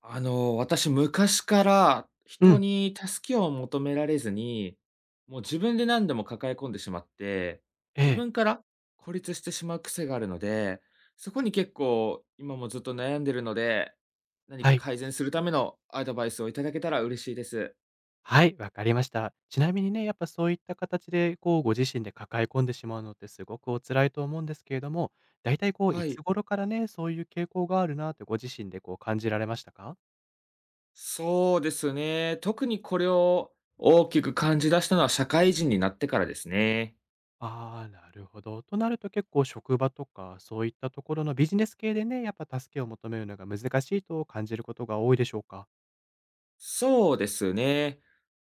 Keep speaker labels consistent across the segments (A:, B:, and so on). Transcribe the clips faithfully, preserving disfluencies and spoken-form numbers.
A: あの、私昔から
B: う
A: 人
B: ん。
A: に助けを求められずに、もう自分で何でも抱え込んでしまって、
B: え
A: 自
B: え。
A: 分から孤立してしまう癖があるので、そこに結構今もずっと悩んでるので、何か
B: はい。
A: 改善するためのアドバイスをいただけたら嬉しいです。
B: はい、わかりました。ちなみにね、やっぱそういった形で、こう、ご自身で抱え込んでしまうのってすごくお辛いと思うんですけれども、だいたいこう、い
A: はい。
B: つ頃からね、そういう傾向があるなってご自身でこう感じられましたか？
A: そうですね。特にこれを大きく感じ出したのは社会人になってからですね。
B: ああ、なるほど。となると結構職場とか、そういったところのビジネス系でね、やっぱ助けを求めるのが難しいと感じることが多いでしょうか？
A: そうですね。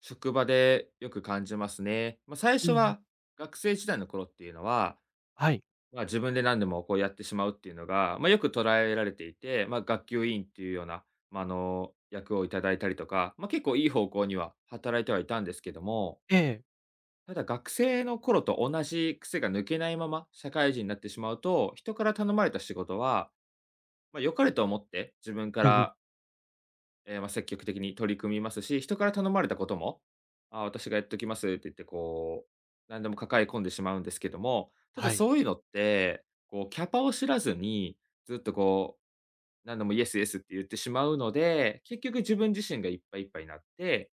A: 職場でよく感じますね。まあ、最
B: う
A: 初
B: んうん。
A: は学生時代の頃っていうのは、
B: はい。
A: まあ、自分で何でもこうやってしまうっていうのが、まあ、よく捉えられていて、まあ、学級委員っていうような、まあ、あの、役をいただいたりとか、まあ、結構いい方向には働いてはいたんですけども、
B: ええ。
A: ただ学生の頃と同じ癖が抜けないまま社会人になってしまうと、人から頼まれた仕事は、まあ、良かれと思って自分か
B: うんうん。
A: らええ、まあ、積極的に取り組みますし、人から頼まれたことも、あ、私がやっときますって言ってこう、何でも抱え込んでしまうんですけども、ただ
B: はい。
A: そういうのって、こうキャパを知らずに、ずっとこう、何でもイエスイエスって言ってしまうので、結局自分自身がいっぱいいっぱいになって、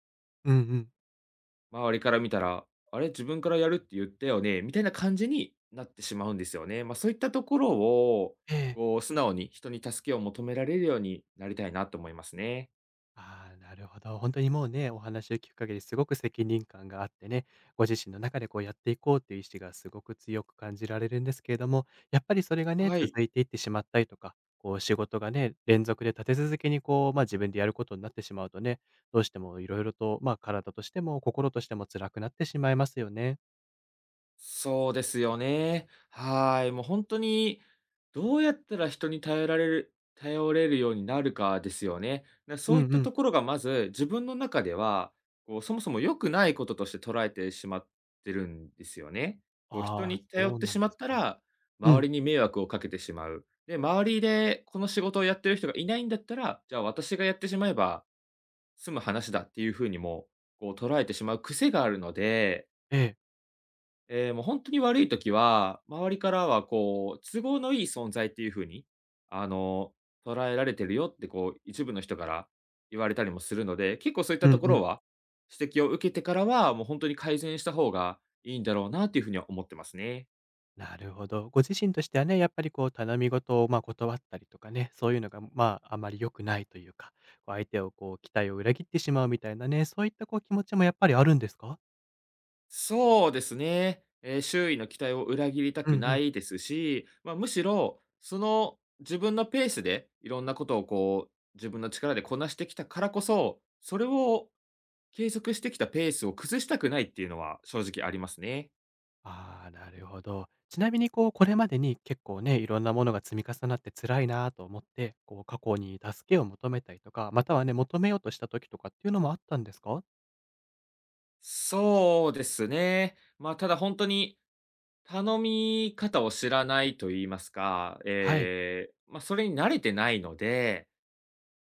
B: うんうん。
A: 周りから見たら、あれ、自分からやるって言ったよね、みたいな感じになってしまうんですよね。ま、そういったところを、
B: ええ。
A: こう素直に人に助けを求められるようになりたいなと思いますね。
B: ああ、なるほど。本当にもうね、お話を聞く限りすごく責任感があってね、ご自身の中でこうやっていこうっていう意志がすごく強く感じられるんですけれども、やっぱりそれがね、
A: はい。
B: 続いていってしまったりとか、こう仕事がね、連続で立て続けにこう、ま、あ自分でやることになってしまうとね、どうしてもいろいろと、ま、あ体としても心としても辛くなってしまいますよね。
A: そうですよね。はい。もう本当に、どうやったら人に頼られる頼れるようになるかですよね。な、
B: う
A: そ
B: ん
A: ういっ
B: う
A: たと
B: ん。
A: ころがまず、自分の中では、こう、そもそも良くないこととして捉えてしまってるんですよね。こう、人
B: あ
A: に
B: あ、
A: 頼っ
B: そう
A: て
B: な
A: し
B: ん
A: ま
B: で
A: っ
B: す
A: た
B: か。
A: ら、
B: う
A: 周
B: ん。
A: りに迷惑をかけてしまう。で、周りでこの仕事をやってる人がいないんだったら、じゃあ私がやってしまえば済む話だっていうふうにも、こう捉えてしまう癖があるので
B: ええ。
A: ええ、もう本当に悪い時は、周りからはこう、都合のいい存在っていう風に、あの、捉えられてるよってこう、一部の人から言われたりもするので、結構そういった
B: うん
A: とこ
B: う
A: ろ
B: ん。
A: は、指摘を受けてからは、もう本当に改善した方がいいんだろうなっていう風には思ってますね。
B: なるほど。ご自身としてはね、やっぱりこう頼み事をまあ断ったりとかね、そういうのがまああまり良くないというか、こう相手をこう期待を裏切ってしまうみたいなね、そういったこう気持ちもやっぱりあるんですか？
A: そうですね。え、周囲の期待を裏切りた
B: うん
A: く
B: う
A: な
B: ん。
A: いですし、まあ、むしろ、その自分のペースでいろんなことをこう、自分の力でこなしてきたからこそ、それを継続してきたペースを崩したくないっていうのは正直ありますね。
B: ああ、なるほど。ちなみにこうこれまでに結構ね、いろんなものが積み重なって辛いなと思って、こう過去に助けを求めたりとか、またはね、求めようとした時とかっていうのもあったんですか？
A: そうですね。まあ、ただ本当に頼み方を知らないと言いますか、
B: はい。
A: ええ、まあ、それに慣れてないので、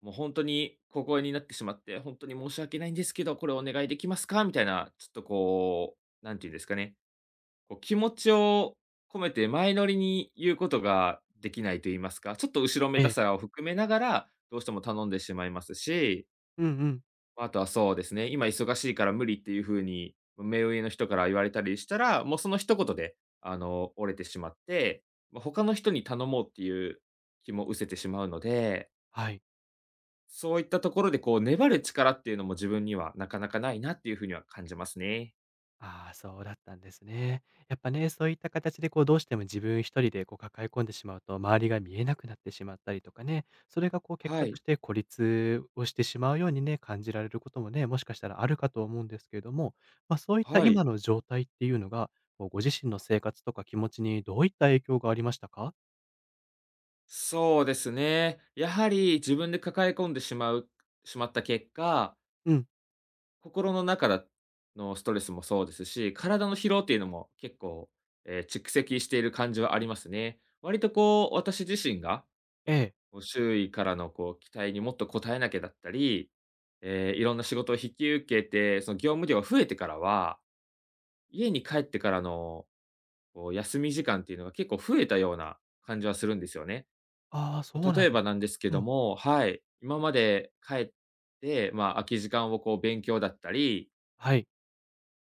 A: もう本当に小声になってしまって、本当に申し訳ないんですけど、これお願いできますか？みたいな、ちょっとこう、なんて言うんですかね、こう気持ちを込めて前乗りに言うことができないと言いますか、ちょっと後ろめ
B: え
A: た
B: え。
A: さを含めながら、どうしても頼んでしまいますし
B: うんうん。
A: あとはそうですね、今忙しいから無理っていう風に、目上の人から言われたりしたら、もうその一言で、あの、折れてしまって、ま、他の人に頼もうっていう気も失せてしまうので、
B: はい。
A: そういったところでこう粘る力っていうのも自分にはなかなかないなっていう風には感じますね。
B: ああ、そうだったんですね。やっぱね、そういった形でこうどうしても自分一人でこう抱え込んでしまうと、周りが見えなくなってしまったりとかね、それがこう結
A: は
B: 果と
A: い、
B: して孤立をしてしまうようにね、感じられることもね、もしかしたらあるかと思うんですけれども、まあ、そういった
A: はい。
B: 今の状態っていうのが、こうご自身の生活とか気持ちにどういった影響がありましたか？
A: そうですね。やはり自分で抱え込んでしまうしまった結果
B: うん、
A: 心の中だのストレスもそうですし、体の疲労っていうのも結構、えー蓄積している感じはありますね。割とこう、私自身が、
B: ええ。
A: こう周囲からのこう期待にもっと応えなきゃだったり、えーいろんな仕事を引き受けて、その業務量が増えてからは、家に帰ってからのこう休み時間っていうのが結構増えたような感じはするんですよね。
B: ああ、
A: ま
B: そ
A: あ
B: うな
A: 例
B: ん
A: え
B: です
A: ばなんで
B: か。
A: すけ
B: う
A: ど
B: ん、
A: も、はい、今まで帰って、まあ、空き時間をこう勉強だったり、
B: はい。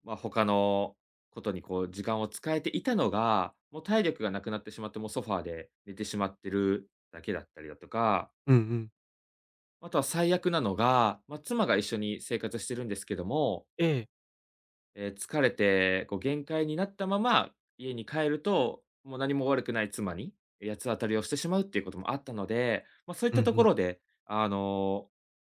A: まあ、他のことにこう時間を使えていたのが、もう体力がなくなってしまって、もうソファーで寝てしまってるだけだったりだとか、
B: うんうん。
A: あとは最悪なのが、まあ、妻が一緒に生活してるんですけども、
B: ええ。
A: えー疲れてこう限界になったまま家に帰ると、もう何も悪くない妻に、八つ当たりをしてしまうっていうこともあったので、まあ、そういっ
B: うん
A: た
B: う
A: とこ
B: ん。
A: ろで、あの、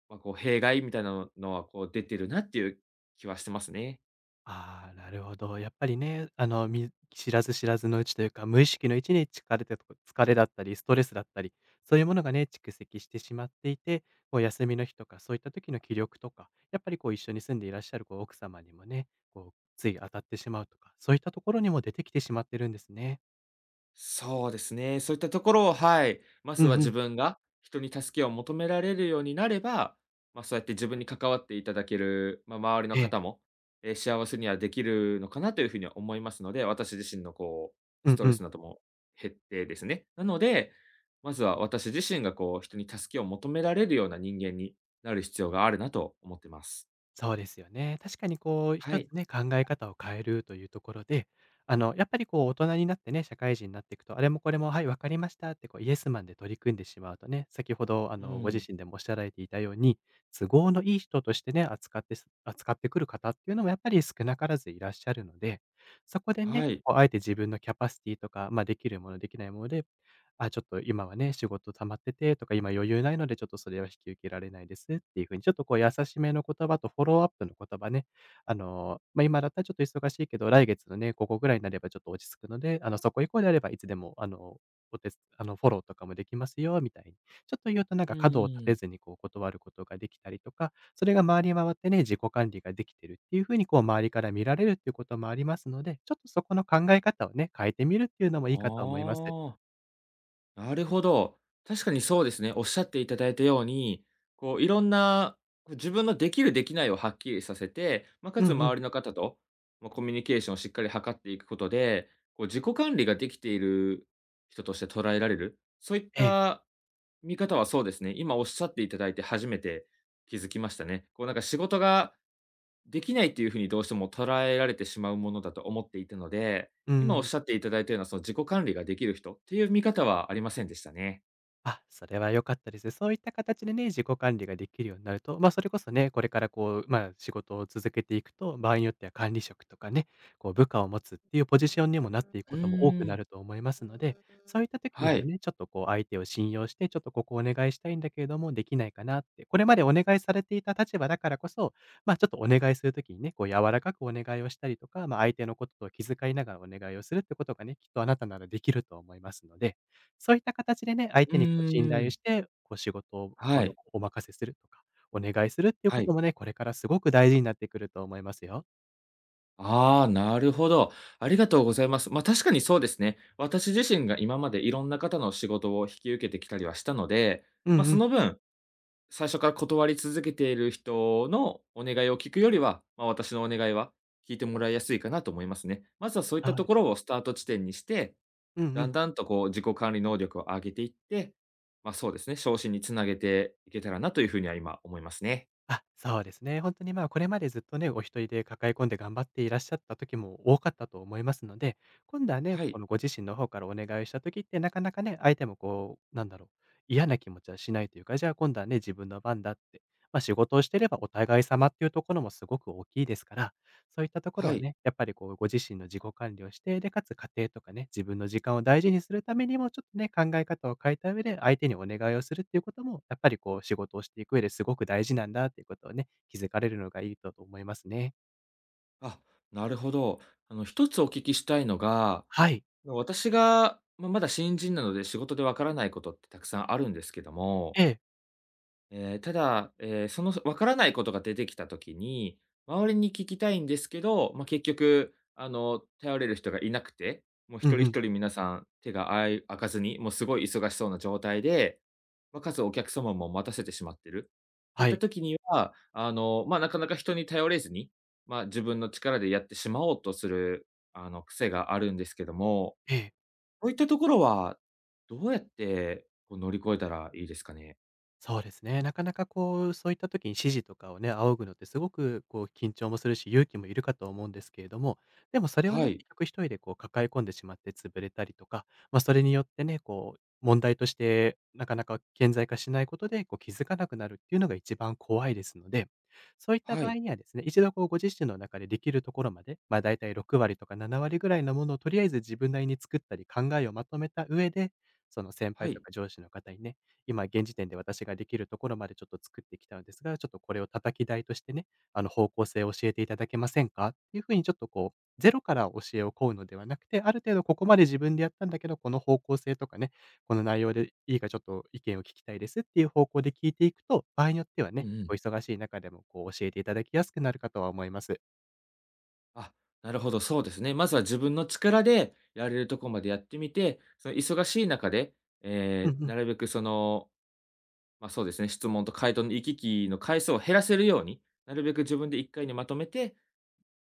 A: まあ、こう弊害みたいなののはこう出てるなっていう気はしてますね。
B: ああ、なるほど。やっぱりね、あの、み知らず知らずのうちというか、無意識のうちに疲れてとか疲れだったり、ストレスだったり、そういうものがね、蓄積してしまっていて、こう、休みの日とか、そういった時の気力とか、やっぱりこう、一緒に住んでいらっしゃるこう奥様にもね、こう、つい当たってしまうとか、そういったところにも出てきてしまってるんですね。
A: そうですね。そういったところを、はい、ま
B: う
A: ずは
B: んう
A: 自
B: ん。
A: 分が人に助けを求められるようになれば、まあ、そうやって自分に関わっていただける、まあ、周りの
B: ええ。
A: 方も、え、幸せにはできるのかなというふうには思いますので、私自身のこう、
B: う
A: ス
B: ん
A: ト
B: う
A: レ
B: ん。
A: スなども減ってですね。なので、まずは私自身がこう、人に助けを求められるような人間になる必要があるなと思ってます。
B: そうですよね。確かにこう、
A: は
B: 一
A: い。
B: つね、考え方を変えるというところで、あの、やっぱりこう、大人になってね、社会人になっていくと、あれもこれも、はい、わかりましたって、こう、イエスマンで取り組んでしまうとね、先ほど、あ
A: う
B: の、ご
A: ん。
B: 自身でもおっしゃられていたように、都合のいい人としてね、扱ってす、扱ってくる方っていうのも、やっぱり少なからずいらっしゃるので、そこで
A: は
B: ね、
A: い。
B: こうあえて自分のキャパシティとか、まあ、できるもの、できないもので、あ、ちょっと今はね、仕事溜まっててとか、今余裕ないので、ちょっとそれは引き受けられないですっていう風に、ちょっとこう優しめの言葉とフォローアップの言葉ね、あの、まあ、今だったらちょっと忙しいけど、来月のね、ここぐらいになればちょっと落ち着くので、あの、そこ以降であればいつでも、あの、お手つあの、フォローとかもできますよみたいに、ちょっと言うとなん
A: う
B: か角を立て
A: ん。
B: ずにこう断ることができたりとか、それが回り回ってね、自己管理ができてるっていう風にこう周りから見られるっていうこともありますので、ちょっとそこの考え方をね、変えてみるっていうのもい
A: あ
B: いかと思います。
A: あ。なるほど。確かにそうですね。おっしゃっていただいたように、こう、いろんな、こう自分のできるできないをはっきりさせて、まあ、か
B: う
A: つ
B: んうん。
A: 周りの方と、まあ、コミュニケーションをしっかり図っていくことで、こう自己管理ができている人として捉えられる、そういっ
B: ええ。
A: た見方はそうですね、今おっしゃっていただいて初めて気づきましたね。こうなんか仕事ができないっていうふうにどうしても捉えられてしまうものだと思っていたので、
B: う
A: 今おっ
B: ん。
A: しゃっていただいたようなその自己管理ができる人っていう見方はありませんでしたね。
B: あ、それは良かったです。そういった形でね、自己管理ができるようになると、まあ、それこそね、これからこう、まあ、仕事を続けていくと、場合によっては管理職とかね、こう部下を持つっていうポジションにもなっていく
A: う
B: ことも多く
A: ー
B: な
A: ん。
B: ると思いますので、そういった時に
A: は
B: も
A: い。
B: ね、ちょっとこう相手を信用して、ちょっとここお願いしたいんだけれども、できないかなって、これまでお願いされていた立場だからこそ、まあ、ちょっとお願いする時にね、こう柔らかくお願いをしたりとか、まあ、相手のことを気遣いながらお願いをするってことがね、きっとあなたならできると思いますので。そういった形でね、相
A: う
B: 手にこう信
A: ー
B: 頼を
A: ん。
B: して、こう仕事をあ
A: は
B: の、
A: い。
B: お任せするとか、お願いするっていう
A: は
B: こ
A: い。
B: ともね、これからすごく大事になってくると思いますよ。
A: ああ、なるほど。ありがとうございます。ま、確かにそうですね。私自身が今までいろんな方の仕事を引き受けてきたりはしたので、
B: うん
A: ま、
B: う
A: そ
B: ん、
A: の分最初から断り続けている人のお願いを聞くよりは、まあ、私のお願いは聞いてもらいやすいかなと思いますね。まずはそういった
B: そう
A: と
B: で
A: こ
B: すね。
A: ろをスタート地点にして、
B: うんう
A: だん
B: ん。
A: だんとこう自己管理能力を上げていって、まあ、そうですね、昇進につなげていけたらなというふうには今思いますね。
B: あ、そうですね。本当にまあ、これまでずっとね、お一人で抱え込んで頑張っていらっしゃった時も多かったと思いますので、今度はね、
A: はい。
B: このご自身の方からお願いした時って、なかなかね、相手もこう、なんだろう、嫌な気持ちはしないというか、じゃあ今度はね、自分の番だって。まあ、仕事をしてればお互い様っていうところもすごく大きいですから。そういったところ
A: は
B: は
A: い。
B: ね、やっぱりこうご自身の自己管理をして、で、かつ家庭とかね、自分の時間を大事にするためにも、ちょっとね、考え方を変えた上で、相手にお願いをするっていうことも、やっぱりこう仕事をしていく上ですごく大事なんだっていうことをね、気づかれるのがいいとと思いますね。
A: あ、なるほど。あの、一つお聞きしたいのが、
B: はい。
A: 私が、まあ、まだ新人なので仕事でわからないことってたくさんあるんですけども、
B: ええ。
A: ええ、ただ、ええ、その、わ分からないことが出てきた時に、周りに聞きたいんですけど、まあ、結局、あの、頼れる人がいなくて、もう
B: う
A: 一人
B: ん
A: 一
B: うん。
A: 人皆さん手があい開かずに、もうすごい忙しそうな状態で、まあ、かつお客様も待たせてしまってるってい
B: は
A: った
B: い。
A: 時には、あの、まあ、なかなか人に頼れずに、まあ、自分の力でやってしまおうとする、あの、癖があるんですけども、
B: ええ。
A: こういったところは、どうやって、こう乗り越えたらいいですかね？
B: そうですね。なかなかこう、そういった時に指示とかをね、仰ぐのってすごくこう、緊張もするし、勇気もいるかと思うんですけれども、でもそれを
A: は
B: ね、
A: い、
B: 結局一人でこう、抱え込んでしまって潰れたりとか、まあ、それによってね、こう、問題としてなかなか顕在化しないことで、こう、気づかなくなるっていうのが一番怖いですので、そういった
A: は
B: 場
A: い。
B: 合にはですね、一度こう、ご自身の中でできるところまで、まあ、だいたいろくわり割とかななわり割ぐらいのものをとりあえず自分なりに作ったり、考えをまとめた上で、その先
A: は
B: 輩と
A: い。
B: か上司の方にね、今現時点で私ができるところまでちょっと作ってきたのですが、ちょっとこれを叩き台としてね、あの方向性を教えていただけませんかっていうふうにちょっとこう、ゼロから教えを請うのではなくて、ある程度ここまで自分でやったんだけど、この方向性とかね、この内容でいいかちょっと意見を聞きたいですっていう方向で聞いていくと、場合によっては
A: うんう
B: ね、お
A: ん。
B: 忙しい中でもこう教えていただきやすくなるかとは思います。
A: あ、なるほど、そうですね。まずは自分の力でやれるとこまでやってみて、その忙しい中で、
B: うんう
A: ええ、な
B: ん。
A: るべくその、ま、そうですね、質問と回答の行き来の回数を減らせるように、なるべく自分でいっかいにまとめて、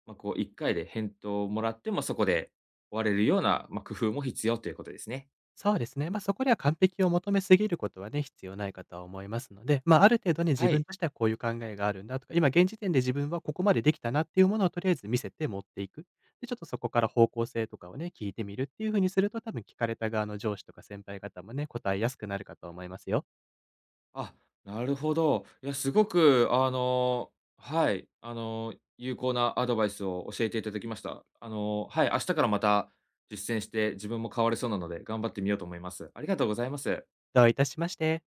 A: ま、こういっかいで返答をもらって、もそこで終われるような、まあ、工夫も必要ということですね。
B: そうですね。まあ、そこでは完璧を求めすぎることはね、必要ないかとは思いますので、まあ、ある程度ね、自
A: は
B: 分
A: い。
B: としてはこういう考えがあるんだとか、今現時点で自分はここまでできたなっていうものをとりあえず見せて持っていく。で、ちょっとそこから方向性とかをね、聞いてみるっていう風にすると、多分聞かれた側の上司とか先輩方もね、答えやすくなるかと思いますよ。
A: あ、なるほど。いや、すごく、あの、はい、あの、有効なアドバイスを教えていただきました。あの、はい、明日からまた実践して、自分も変われそうなので、頑張ってみようと思います。ありがとうございます。
B: どういたしまして。